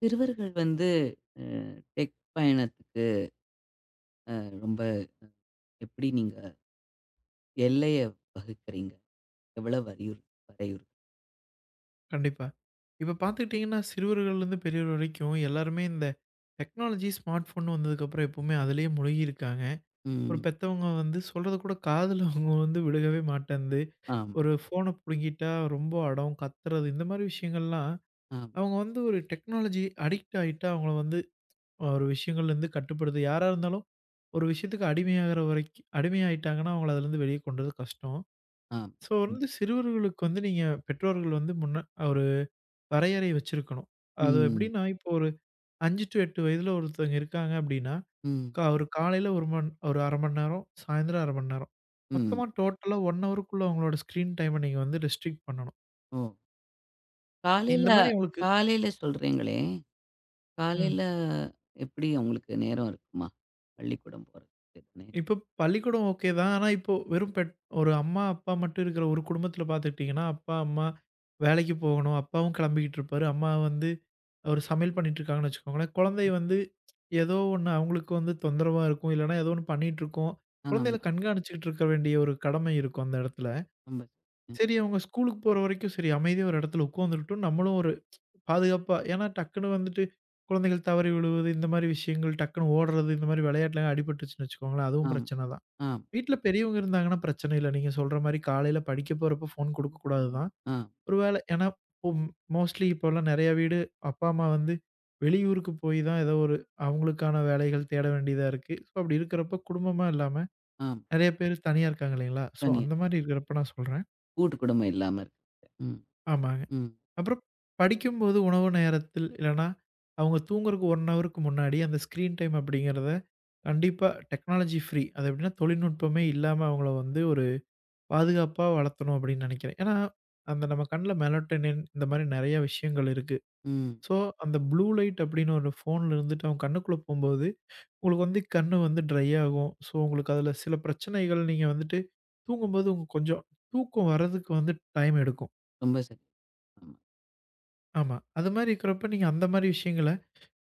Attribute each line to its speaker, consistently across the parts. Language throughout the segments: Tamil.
Speaker 1: சிறுவர்கள் வந்து அ டெக் பயணத்துக்கு அ ரொம்ப எப்படி நீங்க எல்லைய வகுக்கிறீங்க? எவ்வளவு வலியுறு வரையுறு
Speaker 2: கண்டிப்பா. இப்ப பார்த்துக்கிட்டீங்கன்னா, சிறுவர்கள்லேருந்து பெரியவர் வரைக்கும் எல்லாருமே இந்த டெக்னாலஜி, ஸ்மார்ட் ஃபோன் வந்ததுக்கப்புறம் எப்பவுமே அதிலேயே முழுகி இருக்காங்க. ஒரு
Speaker 1: ம்.
Speaker 2: பெத்தவங்க வந்து சொல்றது கூட காதுல அவங்க வந்து விழுகவே மாட்டேன்து.
Speaker 1: ஆம்,
Speaker 2: ஒரு ஃபோன புடுங்கிட்டா ரொம்ப அடம், கத்துறது இந்த மாரி விஷயங்கள்லாம்,
Speaker 1: ஆம்,
Speaker 2: அவங்க வந்து ஒரு டெக்னாலஜி அடிக்ட் ஆயிட்டா அவங்கள வந்து ஒரு விஷயங்கள்லேருந்து கட்டுப்படுது. யாரா இருந்தாலும் ஒரு விஷயத்துக்கு அடிமையாகிற வரைக்கு அடிமையாயிட்டாங்கன்னா, அவங்கள அதுலேருந்து வெளிய கொண்டு வரது கஷ்டம்.
Speaker 1: ஆம்.
Speaker 2: ஸோ
Speaker 1: ஆம்.
Speaker 2: வந்து சிறுவர்களுக்கு வந்து நீங்க பெற்றோர்கள் வந்து முன்ன ஒரு வரையறை வச்சிருக்கணும். அது
Speaker 1: ம்,
Speaker 2: எப்படின்னா, இப்போ ஒரு 5 டூ 8 வயதுல ஒருத்தவங்க இருக்காங்க அப்படின்னா,
Speaker 1: ம்,
Speaker 2: ஒரு காலையில 1 மண் ஒரு 1/2 மணி நேரம், சாயந்தரம் 1/2 மணி நேரம்.
Speaker 1: ம்.
Speaker 2: மொத்தமா டோட்டலா 1 ஹவருக்குள்ள அவங்களோட ஸ்க்ரீன் டைம நீங்க வந்து ரெஸ்ட்ரிக்ட் பண்ணணும்.
Speaker 1: ஓ!
Speaker 2: இந்த
Speaker 1: காலையில
Speaker 2: மாரி அவங்களுக்கு
Speaker 1: காலையில சொல்றீங்களே!
Speaker 2: ம்.
Speaker 1: காலையில எப்படி உங்களுக்கு நேரம் இருக்குமா? பள்ளிக்கூடம் போறதுக்கு நே
Speaker 2: இப்போ பள்ளிக்கூடம் ஓகே தான். ஆனா, இப்போ வெறும் பெட் ஒரு அம்மா, அப்பா மட்டும் இருக்கிற ஒரு குடும்பத்தில பார்த்துக்கிட்டீங்கன்னா, அப்பா, அம்மா வேலைக்கு போகணும். அப்பாவும் கிளம்பிக்கிட்டு இருப்பாரு. அம்மா வந்து ஒரு சமையல் பண்ணிட்டு இருக்காங்கன்னு வச்சுக்கோங்களேன். குழந்தை வந்து ஏதோ ஒண்ணு அவங்களுக்கு வந்து தொந்தரவா இருக்கும். இல்லன்னா ஏதோ ஒண்ணு பண்ணிட்டு இருக்கும்.
Speaker 1: ஆமா.
Speaker 2: குழந்தைகள கண்காணிச்சுக்கிட்டு இருக்க வேண்டிய ஒரு கடமை இருக்கும் அந்த இடத்துல.
Speaker 1: ரொம்ப ம்.
Speaker 2: சரி அவங்க ஸ்கூலுக்கு போற வரைக்கும் சரி அமைதியா ஒரு இடத்துல உட்காந்துருக்கட்டும். நம்மளும் ஒரு பாதுகாப்பா ஏன்னா டக்குனு வந்துட்டு குழந்தைகள் தவறி விழுவது, இந்த மாரி விஷயங்கள், டக்குனு ஓடுறது, இந்த மாரி விளையாட்டுலலாம் அடிபட்டுருச்சுன்னு வச்சுக்கோங்களேன், அதுவும்
Speaker 1: ஆம்,
Speaker 2: பிரச்சனை தான்.
Speaker 1: ஆம்,
Speaker 2: வீட்ல பெரியவங்க இருந்தாங்கன்னா பிரச்சனை இல்ல. நீங்க சொல்ற மாரி காலையில படிக்க போறப்போ ஃபோன் குடுக்கக்கூடாது தான்.
Speaker 1: ஆம்,
Speaker 2: ஒரு வேள ஏன்னா ம் மோஸ்ட்லி இப்போலாம் நெறைய வீடு அப்பா, அம்மா வந்து வெளியூருக்கு போய் தான் ஏதோ ஒரு அவங்களுக்கான வேலைகள் தேட வேண்டியதா இருக்கு. ஸோ அப்படி இருக்கிறப்ப குடும்பமா இல்லாம
Speaker 1: ஆம்.
Speaker 2: நெறைய பேர் தனியா இருக்காங்க இல்லைங்களா? ஸோ
Speaker 1: தனியா
Speaker 2: அந்த மாரி இருக்கிறப்ப நான் சொல்றேன்.
Speaker 1: கூட்டு குடும்பம் இல்லாம இருக்கு. ம்,
Speaker 2: ஆமாங்க.
Speaker 1: ம்,
Speaker 2: அப்புறம் படிக்கும்போது உணவு நேரத்தில் இல்லன்னா அவங்க தூங்குறக்கு 1 ஹவருக்கு முன்னாடி அந்த ஸ்க்ரீன் டைம் அப்படிங்கிறத கண்டிப்பா டெக்னாலஜி ஃப்ரீ. அது எப்படின்னா தொழில்நுட்பமே இல்லாம அவங்கள வந்து ஒரு பாதுகாப்பா வளர்த்தணும் அப்படின்னு நினைக்கிறேன். ஏன்னா, அந்த நம்ம கண்ல மெலட்டனின் இந்த மாரி நெறைய விஷயங்கள் இருக்கு.
Speaker 1: ம்.
Speaker 2: ஸோ, அந்த ப்ளூ லைட் அப்படின்னு ஒரு ஃபோன்ல இருந்துட்டு அவங்க கண்ணுக்குள்ள போம்போது, உங்களுக்கு வந்து கண்ணு வந்து ட்ரை ஆகும். ஸோ, உங்களுக்கு அதுல சில பிரச்சனைகள் நீங்க வந்துட்டு தூங்கும்போது உங்க கொஞ்சம் தூக்கம் வர்றதுக்கு வந்து டைம் எடுக்கும்.
Speaker 1: ரொம்ப சரி. ஆமா.
Speaker 2: ஆமா. அது மாரி இருக்கிறப்ப நீங்க அந்த மாரி விஷயங்கள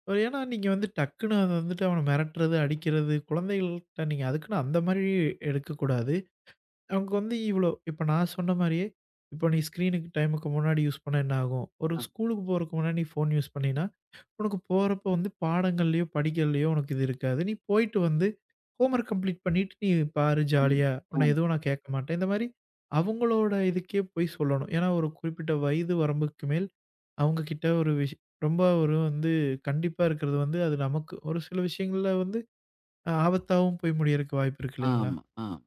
Speaker 2: ஒரு ஏன்னா நீங்க வந்து டக்குனு அத வந்துட்டு அவன மிரட்டுறது, அடிக்கிறது, குழந்தைகள்ட்ட நீங்க அதுக்குன்னு அந்த மாரி எடுக்கக்கூடாது. அவங்க வந்து இவ்வளோ இப்ப நான் சொன்ன மாரியே, இப்ப நீ ஸ்க்ரீனுக்கு டைமுக்கு முன்னாடி யூஸ் பண்ணா என்ன ஆகும்? ஒரு ஸ்கூலுக்கு போறதுக்கு முன்னாடி நீ ஃபோன் யூஸ் பண்ணீன்னா, உனக்கு போறப்போ வந்து பாடங்கள்லயோ, படிக்கிறதுலயோ உனக்கு இது இருக்காது. நீ போயிட்டு வந்து ஹோம்வொர்க் கம்ப்ளீட் பண்ணிட்டு நீ பாரு
Speaker 1: ம்.
Speaker 2: ஜாலியா. உன்ன
Speaker 1: ஆமா,
Speaker 2: எதுவும் நான் கேட்க மாட்டேன். இந்த மாரி அவங்களோட இதுக்கே போய் சொல்லணும். ஏன்னா ஒரு குறிப்பிட்ட வயது வரம்புக்கு மேல் அவங்க கிட்ட ஒரு ரொம்ப ஒரு வந்து கண்டிப்பா இருக்கிறது வந்து அது நமக்கு ஒரு சில விஷயங்கள்ல வந்து ஆபத்தாவும் போய் முடியறக்கு வாய்ப்பு இருக்கு இல்லைங்களா?
Speaker 1: ஆமா, ஆமா.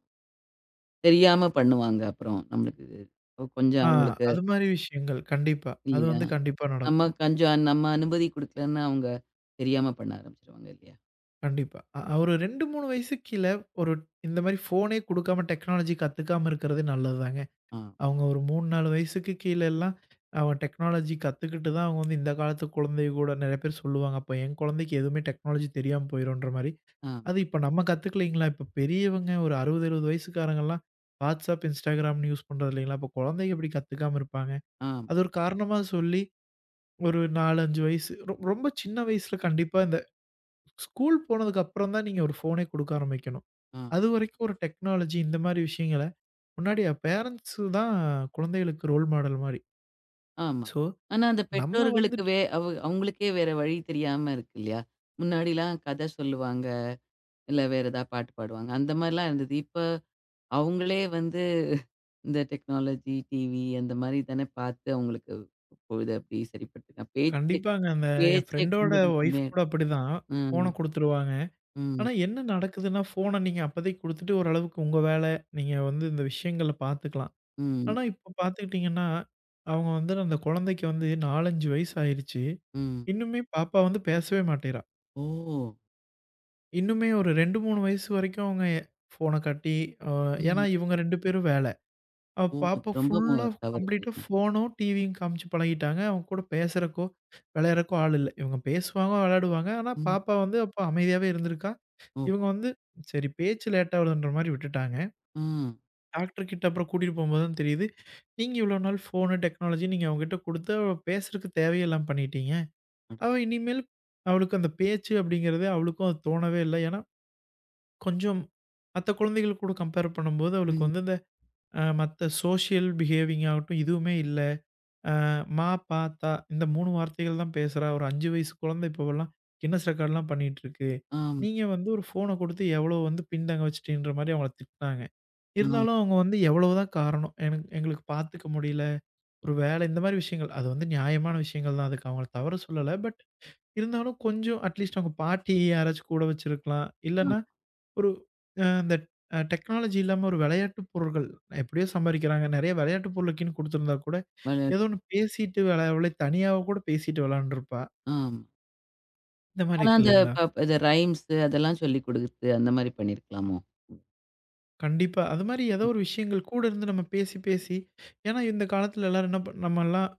Speaker 1: தெரியாம பண்ணுவாங்க அப்புறம். நம்மளுக்கு கொஞ்சம்
Speaker 2: ஆ,
Speaker 1: அவங்களுக்கு
Speaker 2: அது மாரி விஷயங்கள். கண்டிப்பா. அது
Speaker 1: இல்லையா?
Speaker 2: வந்து கண்டிப்பா நடக்கும்.
Speaker 1: நம்ம அனுமதி குடுக்கலன்னா, அவங்க தெரியாம பண்ண ஆரம்பிச்சுருவாங்க இல்லையா?
Speaker 2: கண்டிப்பா. ஒரு 2, 3 வயசுக்கு கீழ ஒரு இந்த மாரி ஃபோனே குடுக்காம டெக்னாலஜி கத்துக்காம இருக்கிறதே நல்லது தாங்க.
Speaker 1: ஆ,
Speaker 2: அவங்க ஒரு 3, 4 வயசுக்கு கீழ எல்லாம் அவன் டெக்னாலஜி கத்துக்கிட்டு தான் அவங்க வந்து இந்த காலத்து குழந்தைக கூட நெறைய பேர் சொல்லுவாங்க. அப்ப என் குழந்தைக்கு எதுவுமே டெக்னாலஜி தெரியாம போயிரும்ன்ற மாரி.
Speaker 1: ஆம்,
Speaker 2: அது இப்ப நம்ம கத்துக்கலைங்களா? இப்ப பெரியவங்க ஒரு 60, 70 வயசுக்காரங்கலாம் WhatsApp, Instagramன்னு யூஸ் பண்றது இல்லைங்களா? அப்ப குழந்தைங்க எப்படி கத்துக்காம இருப்பாங்க?
Speaker 1: ஆம்,
Speaker 2: அது ஒரு காரணமா சொல்லி ஒரு 4, 5 வயசு. ரொம்ப சின்ன வயசுல கண்டிப்பா இந்த ஸ்கூல் போனதுக்கு அப்புறம் தான் நீங்க ஒரு ஃபோனே குடுக்க ஆரம்பிக்கணும்.
Speaker 1: ஆம்,
Speaker 2: அதுவரைக்கும் ஒரு டெக்னாலஜி இந்த மாரி விஷயங்கள முன்னாடி பேரன்ட்ஸ் தான் குழந்தைகளுக்கு ரோல் மாடல் மாரி.
Speaker 1: ஆமா.
Speaker 2: ஸோ,
Speaker 1: ஆனா அந்த
Speaker 2: நம்ம
Speaker 1: பெற்றோர்களுக்கு
Speaker 2: வந்துட்டு
Speaker 1: வே அவ அவங்களுக்கே வேற வழி தெரியாம இருக்கு இல்லையா? முன்னாடிலாம் கதை சொல்லுவாங்க, இல்ல வேற ஏதா பாட்டு பாடுவாங்க. அந்த மாரிலாம் இருந்தது. இப்ப அவங்களே வந்து இந்த டெக்னாலஜி, டிவி அந்த மாரி தானே பார்த்து அவங்களுக்கு பொழுது அப்படி சரிப்பட்டு பேச்சே
Speaker 2: கண்டிப்பாங்க. அந்த என்
Speaker 1: பேச்சே
Speaker 2: ஃப்ரெண்டோட
Speaker 1: குடும்பத்துல
Speaker 2: ஒய்ஃப்
Speaker 1: கம்மியா
Speaker 2: கூட அப்படிதான்.
Speaker 1: ம்,
Speaker 2: ஃபோன குடுத்துருவாங்க.
Speaker 1: ம்,
Speaker 2: ஆனா என்ன நடக்குதுன்னா, ஃபோன நீங்க அப்பதைக்கு குடுத்துட்டு ஓரளவுக்கு உங்க வேல, நீங்க வந்து இந்த விஷயங்கள பார்த்துக்கலாம்.
Speaker 1: ம்,
Speaker 2: ஆனா, இப்ப பார்த்துக்கிட்டீங்கன்னா, அவங்க வந்து அந்த குழந்தைக்கு வந்து 4, 5 வயசு ஆயிருச்சு.
Speaker 1: ம்.
Speaker 2: இன்னுமே பாப்பா வந்து பேசவே மாட்டேங்கிறா.
Speaker 1: ஓ!
Speaker 2: இன்னுமே ஒரு 2, 3 வயசு வரைக்கும் அவங்க ஃபோன காட்டி அ ஏன்னா
Speaker 1: ம்.
Speaker 2: இவங்க 2 பேரும் வேல. அவ
Speaker 1: ஓ! அது
Speaker 2: பாப்பா
Speaker 1: ரொம்ப மோ
Speaker 2: ஃபுல்லா
Speaker 1: தவறு
Speaker 2: கம்ப்ளீட்டா
Speaker 1: இல்லையா?
Speaker 2: ஃபோனும், டிவியும் காமிச்சு பழகிட்டாங்க. அவங்க கூட பேசுறக்கோ, விளையாடுறக்கோ ஆள் இல்ல. இவங்க பேசுவாங்க, விளையாடுவாங்க. ஆனா
Speaker 1: ம்.
Speaker 2: பாப்பா வந்து அப்ப அமைதியாவே இருந்திருக்கா.
Speaker 1: ஓஹோ!
Speaker 2: இவங்க வந்து சரி பேச்சு லேட் ஆகுதுன்ற மாரி விட்டுட்டாங்க.
Speaker 1: ம்.
Speaker 2: டாக்டர் கிட்ட அப்புறம் கூட்டிட்டு போம்போது தான் தெரியுது. நீங்க இவ்ளோ நாள் ஃபோனு, டெக்னாலஜி நீங்க அவங்ககிட்ட குடுத்து அவ பேசுறக்கு தேவையில்லாம பண்ணிட்டீங்க.
Speaker 1: அட
Speaker 2: அவ இனிமேல் அவளுக்கு அந்த பேச்சு அப்படிங்கிறது அவளுக்கும் அது தோணவே இல்ல. ஏன்னா, கொஞ்சம் மத்த குழந்தைகள் கூட கம்பேர் பண்ணும்போது அவளுக்கு
Speaker 1: ம்.
Speaker 2: வந்து இந்த மத்த சோஷியல் பிஹேவிங் ஆகட்டும் இதுவுமே இல்ல. அ மா, பா, தா இந்த 3 வார்த்தைகள் தான் பேசுறா. ஒரு 5 வயசு குழந்தை இப்போவெல்லாம் கின்னஸ் ரெக்கார்ட்லாம் பண்ணிட்டு இருக்கு.
Speaker 1: ஆம்,
Speaker 2: நீங்க வந்து ஒரு ஃபோன குடுத்து எவ்வளோ வந்து பின்தங்க வச்சுட்டீன்ற மாரி அவங்கள திட்டுனாங்க.
Speaker 1: ஆம்,
Speaker 2: இருந்தாலும் அவங்க வந்து எவ்வளவுதான் காரணம், எனக்கு எங்களுக்கு பார்த்துக்க முடியல, ஒரு வேலை இந்த மாரி விஷயங்கள். அது வந்து நியாயமான விஷயங்கள் தான். அதுக்கு அவங்கள தவறு சொல்லல. இருந்தாலும் கொஞ்சம் அட்லீஸ்ட் அவங்க பாட்டி யாராச்சும் கூட வச்சிருக்கலாம். இல்லன்னா
Speaker 1: ஆம்.
Speaker 2: ஒரு இந்த டெக்னாலஜி இல்லாம ஒரு விளையாட்டு பொருள்கள் எப்படியோ சம்பாரிக்கிறாங்க. நெறைய விளையாட்டு பொருளுக்குன்னு குடுத்திருந்தா கூட,
Speaker 1: வளர்
Speaker 2: ஏதோ ஒண்ணு பேசிட்டு விளையாட தனியாவ கூட பேசிட்டு விளையாண்டுருப்பா.
Speaker 1: ஆமா.
Speaker 2: இந்த மாரி
Speaker 1: ஆனா
Speaker 2: இருக்கு
Speaker 1: அந்த
Speaker 2: இல்லைங்களா?
Speaker 1: ப ப இந்த ரைம்ஸு அதெல்லாம் சொல்லிக் குடுத்து அந்த மாரி பண்ணியிருக்கலாமோ?
Speaker 2: கண்டிப்பா. அது மாரி ஏதோ
Speaker 1: ம்.
Speaker 2: ஒரு விஷயங்கள் கூட இருந்து நம்ம பேசி, பேசி ஏன்னா இந்த காலத்துல எல்லாரும் என்ன நம்மலாம்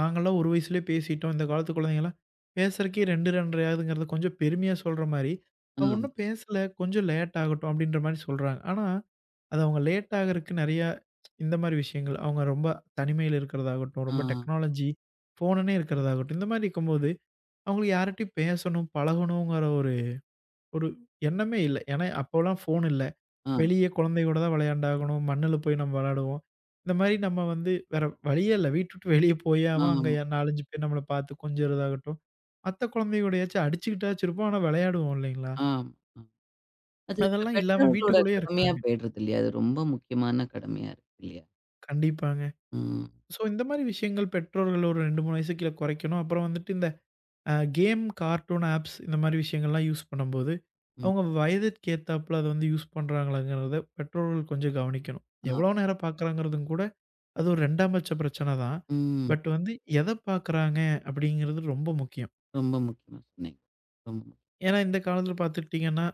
Speaker 2: நாங்கலாம் ஒரு வயசுலயே பேசிட்டோம். இந்த காலத்து குழந்தைங்கலாம் பேசுறதுக்கே 2, 2 1/2 ஆகுதுங்கிறத கொஞ்சம் பெருமையா சொல்ற மாரி, "அவ
Speaker 1: ஆமா.
Speaker 2: ஒன்னும் பேசல. கொஞ்சம் லேட் ஆகட்டும்." அப்படின்ற மாரி சொல்றாங்க. ஆனா, அது அவங்க லேட் ஆகறக்கு நெறையா இந்த மாரி விஷயங்கள், அவங்க ரொம்ப தனிமையில இருக்கிறதாகட்டும்,
Speaker 1: ஆ,
Speaker 2: ரொம்ப டெக்னாலஜி, ஃபோனுன்னே இருக்கிறதாகட்டும், இந்த மாரி இருக்கும்போது, அவங்களுக்கு யார்கிட்டயும் பேசணும், பழகணுங்கிற ஒரு ஒரு எண்ணமே இல்ல. ஏன்னா அப்போலாம் ஃபோன் இல்ல.
Speaker 1: ஆம்,
Speaker 2: வெளியே குழந்தையோட தான் விளையாண்டாகணும். மண்ணுல போய் நம்ம விளையாடுவோம். இந்த மாரி நம்ம வந்து வேற வழியே இல்ல. வீட்ட விட்டு வெளியே போயாவ
Speaker 1: ஆமா,
Speaker 2: அங்க 4, 5 பேர் நம்மள பார்த்து கொஞ்சுறதாகட்டும். மத்த குழந்தையோடையாச்சும் அடிச்சுக்கிட்டாச்சும் இருப்போம். ஆனா விளையாடுவோம் இல்லைங்களா?
Speaker 1: ஆமா, ஆமா. அது இப்ப
Speaker 2: அதெல்லாம் இல்லாம
Speaker 1: பெற்றோர்களோட
Speaker 2: வீட்டுக்குள்ளேயே
Speaker 1: கடமையா
Speaker 2: இருக்காங்க.
Speaker 1: போயிடுறது இல்லையா? அது ரொம்ப முக்கியமான கடமையா இருக்கு இல்லையா?
Speaker 2: கண்டிப்பாங்க.
Speaker 1: ம்,
Speaker 2: ஸோ இந்த மாரி விஷயங்கள் பெற்றோர்கள் ஒரு 2, 3 வயசு கீழ குறைக்கணும். அப்புறம் வந்துட்டு இந்த கேம், கார்ட்டூன் ஆப்ஸ் இந்த மாரி விஷயங்கள்லாம் யூஸ் பண்ணும்போது,
Speaker 1: ம்.
Speaker 2: அவங்க வயதுக்கு ஏத்தாப்புல அத வந்து யூஸ் பண்றாங்களாங்கிறத பெற்றோர்கள் கொஞ்சம் கவனிக்கணும்.
Speaker 1: ஆ,
Speaker 2: எவ்வளோ நேரம் பார்க்குறாங்கிறதும் கூட அது ஒரு 2ஆம் பட்ச பிரச்சனை தான்.
Speaker 1: ம்.
Speaker 2: பட் வந்து எத பார்க்குறாங்க அப்படிங்கிறது ரொம்ப முக்கியம்.
Speaker 1: ரொம்ப முக்கியமா சொன்னீங்க. ரொம்ப முக்கியம்.
Speaker 2: ஏன்னா இந்த காலத்தில பார்த்துக்கிட்டீங்கன்னா,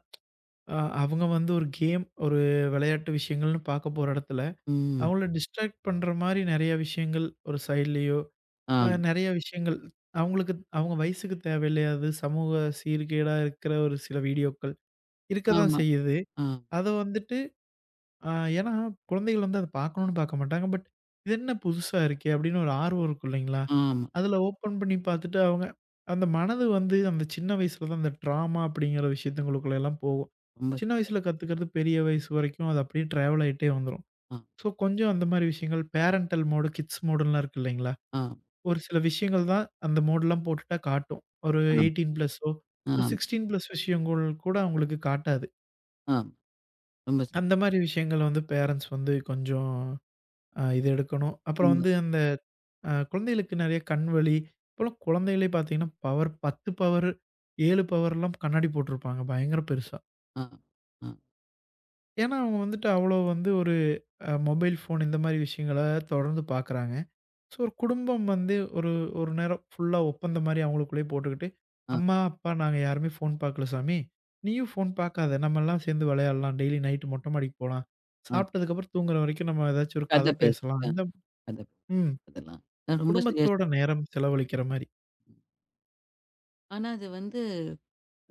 Speaker 2: அ அவங்க வந்து ஒரு கேம், ஒரு விளையாட்டு விஷயங்கள்னு பார்க்க போற இடத்துல,
Speaker 1: ம்.
Speaker 2: அவங்கள டிஸ்ட்ராக்ட் பண்ற மாரி நெறைய விஷயங்கள் ஒரு சைட்லயோ,
Speaker 1: ஆம்,
Speaker 2: நெறைய விஷயங்கள் அவங்களுக்கு அவங்க வயசுக்கு தேவையில்லாதது, சமூக சீர்கேடா இருக்கிற ஒரு சில வீடியோக்கள் இருக்க தான்
Speaker 1: ஆமா.
Speaker 2: செய்யுது.
Speaker 1: ஆ,
Speaker 2: அத வந்துட்டு ஆ ஏன்னா, குழந்தைகள் வந்து அத பார்க்கணும்னு பார்க்க மாட்டாங்க. "இது என்ன புதுசா இருக்கே!" அப்படின்னு ஒரு ஆர்வம் இருக்கும் இல்லைங்களா?
Speaker 1: ஆமா.
Speaker 2: அதில ஓப்பன் பண்ணி பார்த்துட்டு அவங்க அந்த மனது வந்து அந்த சின்ன வயசுல தான் அந்த ட்ராமா அப்படிங்கிற விஷயத்துங்களுக்குள்ள எல்லாம் போகும்.
Speaker 1: ரொம்ப
Speaker 2: சின்ன
Speaker 1: சரியா
Speaker 2: வயசுல கத்துக்கிறது பெரிய வயசு வரைக்கும் அது அப்படியே ட்ராவல் ஆயிட்டே வந்துரும்.
Speaker 1: ஆ,
Speaker 2: ஸோ, கொஞ்சம் அந்த மாரி விஷயங்கள் பேரன்டல் மோடு, கிட்ஸ் மோடுலாம் இருக்கு இல்லைங்களா?
Speaker 1: ஆ,
Speaker 2: ஒரு சில விஷயங்கள் தான் அந்த மோடுலாம் போட்டுட்டா காட்டும். ஒரு
Speaker 1: ஆம்,
Speaker 2: 18 ப்ளஸோ,
Speaker 1: ஆம்,
Speaker 2: ஒரு
Speaker 1: ஆம்.
Speaker 2: 16 ப்ளஸ் விஷயங்கள் கூட அவங்களுக்கு காட்டாது.
Speaker 1: ஆம். ரொம்ப சரியா
Speaker 2: அந்த
Speaker 1: சொ-
Speaker 2: மாரி விஷயங்கள் வந்து பேரன்ட்ஸ் வந்து கொஞ்சம் இது எடுக்கணும். அப்புறம்
Speaker 1: ரொம்ப
Speaker 2: வந்து அந்த குழந்தைகளுக்கு நெறைய கண்வலி, இப்போலாம் குழந்தைகளே பார்த்தீங்கன்னா, பவர் 10 பவர், 7 பவர்லாம் கண்ணாடி போட்டிருப்பாங்க பயங்கர பெருசா.
Speaker 1: ஆ, ஆ,
Speaker 2: ஏன்னா, அவங்க வந்துட்டு அவ்வளோ வந்து ஒரு மொபைல் ஃபோன் இந்த மாரி விஷயங்கள தொடர்ந்து பார்க்குறாங்க. ஸோ, ஒரு குடும்பம் வந்து ஒரு ஒரு நேரம் ஃபுல்லா ஒப்பந்தம் மாரி அவங்களுக்குள்ளேயே போட்டுக்கிட்டு,
Speaker 1: ஆ,
Speaker 2: "அம்மா, அப்பா நாங்க யாருமே ஃபோன் பார்க்கல சாமி. நீயும் ஃபோன் பார்க்காத. நம்மலாம் சேர்ந்து விளையாடலாம். டெய்லி நைட்டு மொட்டை மாடிக்கு போலாம்.
Speaker 1: ஆ.
Speaker 2: சாப்பிட்டதுக்கப்புறம் தூங்குற வரைக்கும் நம்ம ஏதாச்சும் ஒரு
Speaker 1: கதை
Speaker 2: கதை
Speaker 1: பேசு.
Speaker 2: பேசலாம்."
Speaker 1: ஆ,
Speaker 2: இந்த
Speaker 1: கதை பேசு.
Speaker 2: ம்.
Speaker 1: அதெல்லாம். ரொம்ப சரியா சொ
Speaker 2: குடும்பத்தோட நேரம் செலவழிக்கிற மாரி.
Speaker 1: ஆனா அது வந்து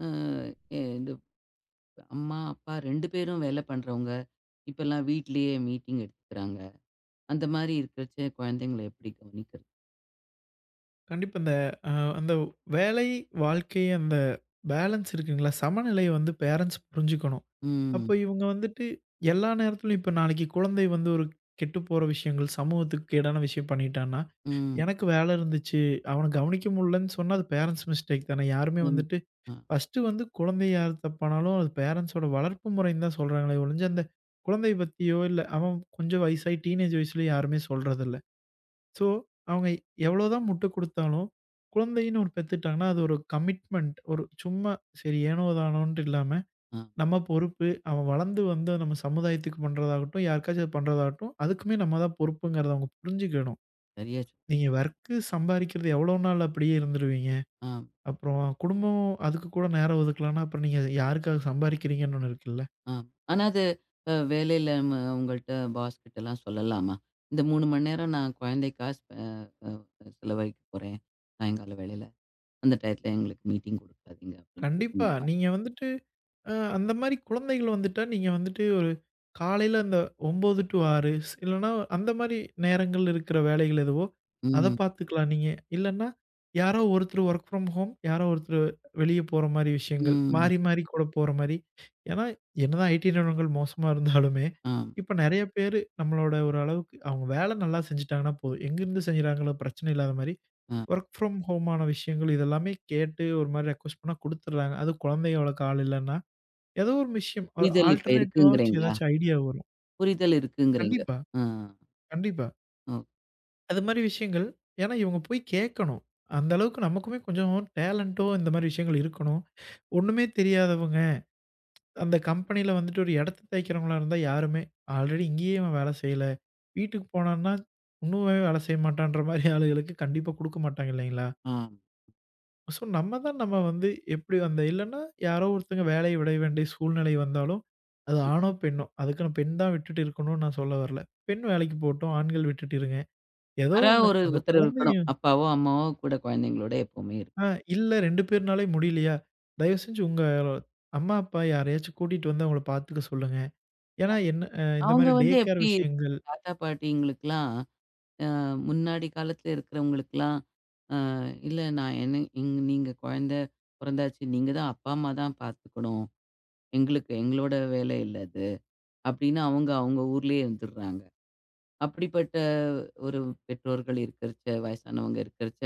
Speaker 1: அ எ இது அம்மா, அப்பா 2 பேரும் வேலை பண்றவங்க, இப்பல்லாம் வீட்லயே மீட்டிங் எடுத்துக்கிறாங்க. அந்த மாரி இருக்கிறச்ச குழந்தைங்கள எப்படி கவனிக்கிறது?
Speaker 2: கண்டிப்பா இந்த அ அந்த வேலை, வாழ்க்கை அந்த பேலன்ஸ் இருக்குங்களா, சமநிலைய வந்து பேரண்ட்ஸ் புரிஞ்சுக்கணும். அப்போ
Speaker 1: ம்,
Speaker 2: இவங்க வந்துட்டு எல்லா நேரத்திலும் இப்ப நாளைக்கு குழந்தை வந்து ஒரு கெட்டு போற விஷயங்கள், சமூகத்துக்கு கேடான விஷயம் பண்ணிட்டான்னா,
Speaker 1: ம்.
Speaker 2: எனக்கு வேலை இருந்துச்சு, அவன கவனிக்க முடியலன்னு சொன்னா அது பேரண்ட்ஸ் மிஸ்டேக் தானே. யாருமே
Speaker 1: ம்.
Speaker 2: வந்துட்டு
Speaker 1: ஆ,
Speaker 2: ஃபர்ஸ்ட்டு வந்து குழந்தை யார் தப்பானாலும் அது பேரண்ட்ஸோட வளர்ப்பு முறைன்னு தான் சொல்றாங்களே ஒழிஞ்சு, அந்த குழந்தைய பத்தியோ, இல்ல அவன் கொஞ்சம் வயசாயி டீனேஜ் வயசுல யாருமே சொல்றதில்ல. ஸோ, அவங்க எவ்வளோதான் முட்டு குடுத்தாலும், குழந்தைன்னு ஒரு பெத்துட்டாங்கன்னா, அது ஒரு கமிட்மெண்ட். ஒரு சும்மா சரி ஏனோ தானோன்ட்டு இல்லாம,
Speaker 1: ஆ.
Speaker 2: நம்ம பொறுப்பு. அவன் வளர்ந்து வந்து நம்ம சமுதாயத்துக்கு பண்றதாகட்டும், யாருக்காச்சும் அது பண்றதாகட்டும், அதுக்குமே நம்ம தான் பொறுப்புங்கிறத அவங்க புரிஞ்சுக்கணும்.
Speaker 1: சரியா சொ
Speaker 2: நீங்க வொர்க்கு சம்பாரிக்கிறது எவ்வளோ நாள் அப்படியே இருந்துருவீங்க?
Speaker 1: ஆ.
Speaker 2: அப்புறம் குடும்பம் அதுக்கு கூட நேரம் ஒதுக்கலன்னா, அப்புறம் நீங்க யாருக்காக சம்பாரிக்கிறீங்கன்னு ஒண்ணு இருக்குல்ல.
Speaker 1: ஆ. ஆனா அது வேலையில நம்ம அவங்கள்ட்ட பாஸ் கிட்டலாம் சொல்லலாமா? இந்த 3 மணி நேரம் நான் குழந்தைக்கா ஸ்ப அ அ செலவழிக்க போறேன். சாயங்கால வேளையில. அந்த டயத்துல எங்களுக்கு மீட்டிங் குடுக்காதீங்க அப்படின்னு கேட்க
Speaker 2: கண்டிப்பா
Speaker 1: முடியுமா?
Speaker 2: நீங்க வந்துட்டு அந்த மாரி குழந்தைகள் வந்துட்டா, நீங்க வந்துட்டு ஒரு காலையில அந்த 9 டூ 6 ஸ் இல்லன்னா அந்த மாரி நேரங்கள் இருக்கிற வேலைகள் எதுவோ, அத
Speaker 1: ம்.
Speaker 2: பார்த்துக்கலாம் நீங்க. இல்லன்னா, யாரோ ஒருத்தர் வொர்க் ஃப்ரம் ஹோம், யாரோ ஒருத்தர் வெளிய போற மாரி விஷயங்கள்.
Speaker 1: ம்.
Speaker 2: மாறி, மாறி கூட போற மாரி. ஏன்னா, என்னதான் ஐடி நிறுவனங்கள் மோசமா இருந்தாலுமே,
Speaker 1: ஆம்.
Speaker 2: இப்ப நெறைய பேரு நம்மளோட ஒரு அளவுக்கு அவங்க வேலை நல்லா செஞ்சுட்டாங்கன்னா போதும். எங்கிருந்து செஞ்சுறாங்களோ பிரச்சனை இல்லாத மாரி,
Speaker 1: ஆ.
Speaker 2: வொர்க் ஃப்ரம் ஹோமான விஷயங்கள் இதெல்லாமே கேட்டு ஒரு மாரி ரெக்வெஸ்ட் பண்ணா குடுத்துடுறாங்க. அதுவும் குழந்தைக வளர்க்க ஆள் இல்லன்னா. ஏதோ ஒரு விஷயம். ஒரு
Speaker 1: புரிதல் இப்ப
Speaker 2: ஆல்டர்னேட்டிவாச்சு
Speaker 1: இருக்குங்கிறீங்களா?
Speaker 2: ஏதாச்சும் ஐடியா வரும்.
Speaker 1: புரிதல் இருக்குங்கிறீங்க.
Speaker 2: கண்டிப்பா,
Speaker 1: ஆ.
Speaker 2: கண்டிப்பா.
Speaker 1: ஓ.
Speaker 2: அது மாரி விஷயங்கள். ஏன்னா இவங்க போய் கேட்கணும். அந்த அளவுக்கு நமக்குமே கொஞ்சம் டேலண்டோ இந்த மாரி விஷயங்கள் இருக்கணும். ஒண்ணுமே தெரியாதவங்க, அந்த கம்பெனியில வந்துட்டு ஒரு இடத்த தேய்க்கிறவங்களா இருந்தா யாருமே, ஆல்ரெடி இங்கேயே இவன் வேலை செய்யல. வீட்டுக்கு போனான்னா, இன்னுமே வேலை செய்ய மாட்டான்ற மாரி ஆளுகளுக்கு கண்டிப்பா குடுக்க மாட்டாங்க இல்லைங்களா?
Speaker 1: ஆம்.
Speaker 2: ஸோ, நம்ம தான் நம்ம வந்து எப்படி அந்த இல்லன்னா யாரோ ஒருத்தங்க வேலைய விட வேண்டிய சூழ்நிலை வந்தாலும், அது ஆணோ, பெண்ணோ அதுக்கு நான் பெண் தான் விட்டுட்டு இருக்கணும்னு நான் சொல்ல வரல. பெண் வேலைக்கு போகட்டும், ஆண்கள் விட்டுட்டு இருங்க. ஏதோ
Speaker 1: யாரா
Speaker 2: ஒண்ணு
Speaker 1: ஒரு
Speaker 2: அந்த
Speaker 1: ஒருத்தர்
Speaker 2: குழந்தைய
Speaker 1: இருக்கணும். அப்பாவோ, அம்மாவோ கூட குழந்தைங்களோட எப்பவுமே
Speaker 2: ஆ
Speaker 1: இருக்கும்.
Speaker 2: இல்ல 2 பேர்னாலயும் முடியலையா, தயவு செஞ்சு உங்க அம்மா, அப்பா யாரையாச்சும் கூட்டிட்டு வந்து அவங்கள பார்த்துக்க சொல்லுங்க. ஏன்னா என்ன இந்த
Speaker 1: அவங்க
Speaker 2: மாரி டே
Speaker 1: வந்து
Speaker 2: கேர்
Speaker 1: எப்படி
Speaker 2: விஷயங்கள்
Speaker 1: தாத்தா, பாட்டிங்களுக்கெல்லாம் அ முன்னாடி காலத்துல இருக்கிறவங்களுக்குலாம், அ "இல்ல நான் என்ன நீங்க குழந்த பொறந்தாச்சு. நீங்க தான் அப்பா, அம்மா தான் பார்த்துக்கணும். எங்களுக்கு எங்களோட வேலை இல்ல அது." அப்படின்னு அவங்க அவங்க ஊர்லயே இருந்துடுறாங்க. அப்படிப்பட்ட ஒரு பெற்றோர்கள் இருக்கிறச்ச, வயசானவங்க இருக்கிறச்ச,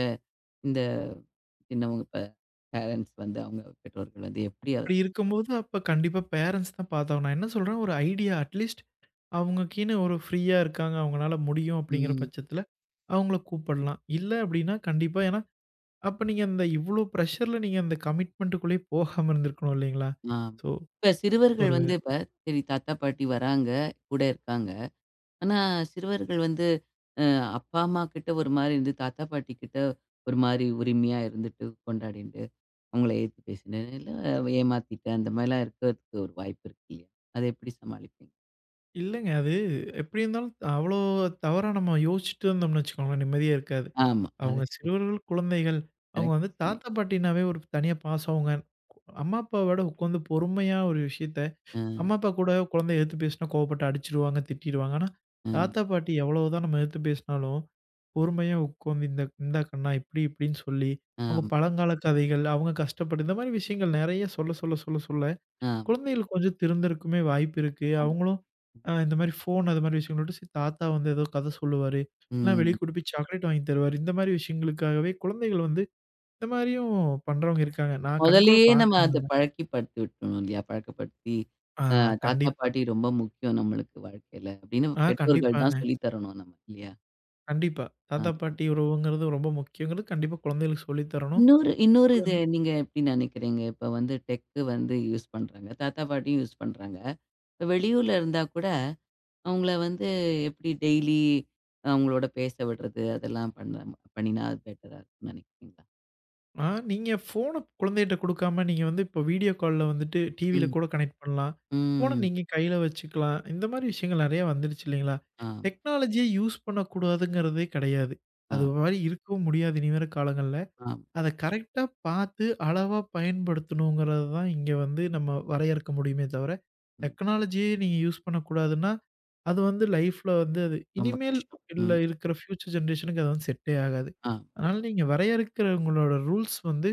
Speaker 1: இந்த சின்னவங்க பேரண்ட்ஸ் வந்து அவங்க பெற்றோர்கள் வந்து எப்படி அத
Speaker 2: அப்படி இருக்கும்போது,
Speaker 1: சமாளி
Speaker 2: அப்ப கண்டிப்பா பேரண்ட்ஸ் தான் பார்த்தாகணும். நான் என்ன சொல்றேன், ஒரு ஐடியா அட்லீஸ்ட் அவங்களுக்குன்னு ஒரு ஃப்ரீயா இருக்காங்க, அவங்கனால முடியும் அப்படிங்கிற
Speaker 1: ம்.
Speaker 2: பட்சத்தில, அவங்கள கூப்பிடலாம். இல்ல அப்படின்னா கண்டிப்பா ஏன்னா, அப்ப நீங்க அந்த இவ்வளோ பிரஷர்ல நீங்க அந்த கமிட்மெண்ட்டுக்குள்ளேயே போகாம இருந்திருக்கணும் இல்லைங்களா?
Speaker 1: ஆ.
Speaker 2: ஸோ,
Speaker 1: இப்ப சிறுவர்கள்
Speaker 2: ஒரு
Speaker 1: வந்து இப்ப சரி தாத்தா, பாட்டி வராங்க, கூட இருக்காங்க. ஆனா, சிறுவர்கள் வந்து அ அப்பா, அம்மா கிட்ட ஒரு மாரி இருந்து, தாத்தா, பாட்டி கிட்ட ஒரு மாரி உரிமையா இருந்துட்டு, கொண்டாடிண்டு, அவங்கள எதிர்த்து பேசினேன். இல்ல ஏமாத்திட்டேன். அந்த மாரிலாம் இருக்கிறதுக்கு ஒரு வாய்ப்பு இருக்கு இல்லையா? அத எப்படி சமாளிப்பீங்க?
Speaker 2: இல்லங்க அது எப்படி இருந்தாலும் அவ்வளோ தவறா நம்ம யோசிச்சுட்டு இருந்தோம்னு வச்சுக்கோங்களேன், நிம்மதியே இருக்காது.
Speaker 1: ஆமா. அத
Speaker 2: அவங்க சிறுவர்கள், குழந்தைகள். அவங்க வந்து
Speaker 1: சொன்னீங்க.
Speaker 2: தாத்தா, பாட்டினாவே ஒரு தனியா பாசம். அவங்க அம்மா, அப்பாவ விட உட்காந்து பொறுமையா ஒரு விஷயத்த
Speaker 1: அ,
Speaker 2: அம்மா, அப்பா கூட குழந்தை எதிர்த்து பேசினா கோவப்பட்டு அடிச்சுருவாங்க, திட்டிருவாங்க. ஆனா,
Speaker 1: அ,
Speaker 2: தாத்தா, பாட்டி எவ்வளவுதான் நம்ம எதிர்த்து பேசினாலும், பொறுமையா உட்காந்து இந்த இந்தா கண்ணா இப்படி இப்படின்னு சொல்லி, அவங்க
Speaker 1: ஆமா,
Speaker 2: பழங்கால கதைகள், அவங்க கஷ்டப்பட்டு இந்த மாரி விஷயங்கள் நெறைய சொல்ல சொல்ல சொல்ல சொல்ல,
Speaker 1: ஆமா,
Speaker 2: குழந்தைகளுக்கு கொஞ்சம் திருந்தறக்குமே வாய்ப்பு இருக்கு.
Speaker 1: ஆமா.
Speaker 2: அவங்களும் இந்த மாரி ஃபோன் அது மாரி விஷயங்கள விட்டு, சரி தாத்தா வந்து ஏதோ கதை சொல்லுவாரு, இல்லனா வெளிய
Speaker 1: ம்.
Speaker 2: கூட்டு போய் சாக்லேட் வாங்கி தருவாரு. இந்த மாரி விஷயங்களுக்காகவே குழந்தைகள் வந்து இந்த மாரியும் பண்றவங்க இருக்காங்க. நான் கண்கூட
Speaker 1: முதல்லயே நம்ம அத
Speaker 2: பார்க்குறேங்க.
Speaker 1: பழக்கிப்படுத்தி விட்டுறணும் இல்லையா? பழக்கப்படுத்தி,
Speaker 2: ஆ
Speaker 1: அ தாத்தா,
Speaker 2: கண்டிப்பா.
Speaker 1: பாட்டி ரொம்ப முக்கியம் நம்மளுக்கு வாழ்க்கையில அப்படின்னு
Speaker 2: ஆ
Speaker 1: பெற்றோர்கள்
Speaker 2: கண்டிப்பாங்க.
Speaker 1: தான் சொல்லி தரணும் நம்ம இல்லையா?
Speaker 2: கண்டிப்பா. தாத்தா, பாட்டி உறவுங்கிறது ரொம்ப முக்கியங்கிறது கண்டிப்பா குழந்தைகளுக்கு சொல்லி தரணும்.
Speaker 1: இன்னொரு இன்னொரு
Speaker 2: அது
Speaker 1: இது
Speaker 2: வந்து-
Speaker 1: நீங்க எப்படி நினைக்கிறீங்க? இப்ப வந்து டெக்கு வந்து யூஸ் பண்றாங்க. தாத்தா, பாட்டியும் யூஸ் பண்றாங்க. இப்ப வெளியூர்ல இருந்தா கூட, அவங்கள வந்து எப்படி டெய்லி அவங்களோட பேச விடுறது, அதெல்லாம் பண்ணினா அது பெட்டரா இருக்கும்னு நினைக்கிறீங்களா?
Speaker 2: ஆ நீங்க ஃபோன குழந்தைகிட்ட குடுக்காம, நீங்க வந்து இப்போ வீடியோ கால்ல வந்துட்டு டிவியில
Speaker 1: ம்.
Speaker 2: கூட கனெக்ட் பண்ணலாம். ஃபோன
Speaker 1: ம்.
Speaker 2: நீங்க கையில வச்சுக்கலாம். இந்த மாரி விஷயங்கள் நெறைய வந்துருச்சு இல்லைங்களா?
Speaker 1: ஆமா,
Speaker 2: டெக்னாலஜிய யூஸ் பண்ணக்கூடாதுங்கிறதே கிடையாது. அது
Speaker 1: ஆமா,
Speaker 2: மாரி இருக்கவும் முடியாது இனி வர காலங்கள்ல.
Speaker 1: ஆமா.
Speaker 2: அத கரெக்ட்டா பார்த்து அளவா பயன்படுத்தணுங்கிறது தான் இங்க வந்து நம்ம வரையறுக்க முடியுமே தவிர,
Speaker 1: ம்.
Speaker 2: டெக்னாலஜியே நீங்க யூஸ் பண்ணக்கூடாதுன்னா அது வந்து லைஃப்ல வந்து அது
Speaker 1: ரொம்ப
Speaker 2: இனிமேல்
Speaker 1: கஷ்டம்.
Speaker 2: இல்ல
Speaker 1: ம்.
Speaker 2: இருக்கிற ஃப்யூச்சர் ஜெனரேஷனுக்கு அது வந்து செட்டே ஆகாது.
Speaker 1: ஆமா,
Speaker 2: அதனால நீங்க வரையறுக்கிற உங்களோட ரூல்ஸ் வந்து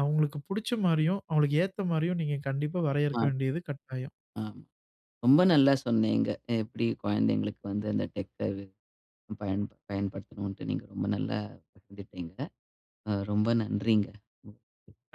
Speaker 2: அவங்களுக்கு புடிச்ச மாரியும், அவங்களுக்கு ஏத்த மாரியும் நீங்க கண்டிப்பா
Speaker 1: ஆமா,
Speaker 2: வரையறுக்க வேண்டியது கட்டாயம்.
Speaker 1: ஆமா. ரொம்ப நல்லா சொன்னீங்க. எப்படி குழந்தைங்களுக்கு வந்து அந்த டெக்க பயன் பயன்படுத்தணுன்ட்டு நீங்க ரொம்ப நல்லா பகிர்ந்துட்டீங்க. ரொம்ப நன்றிங்க.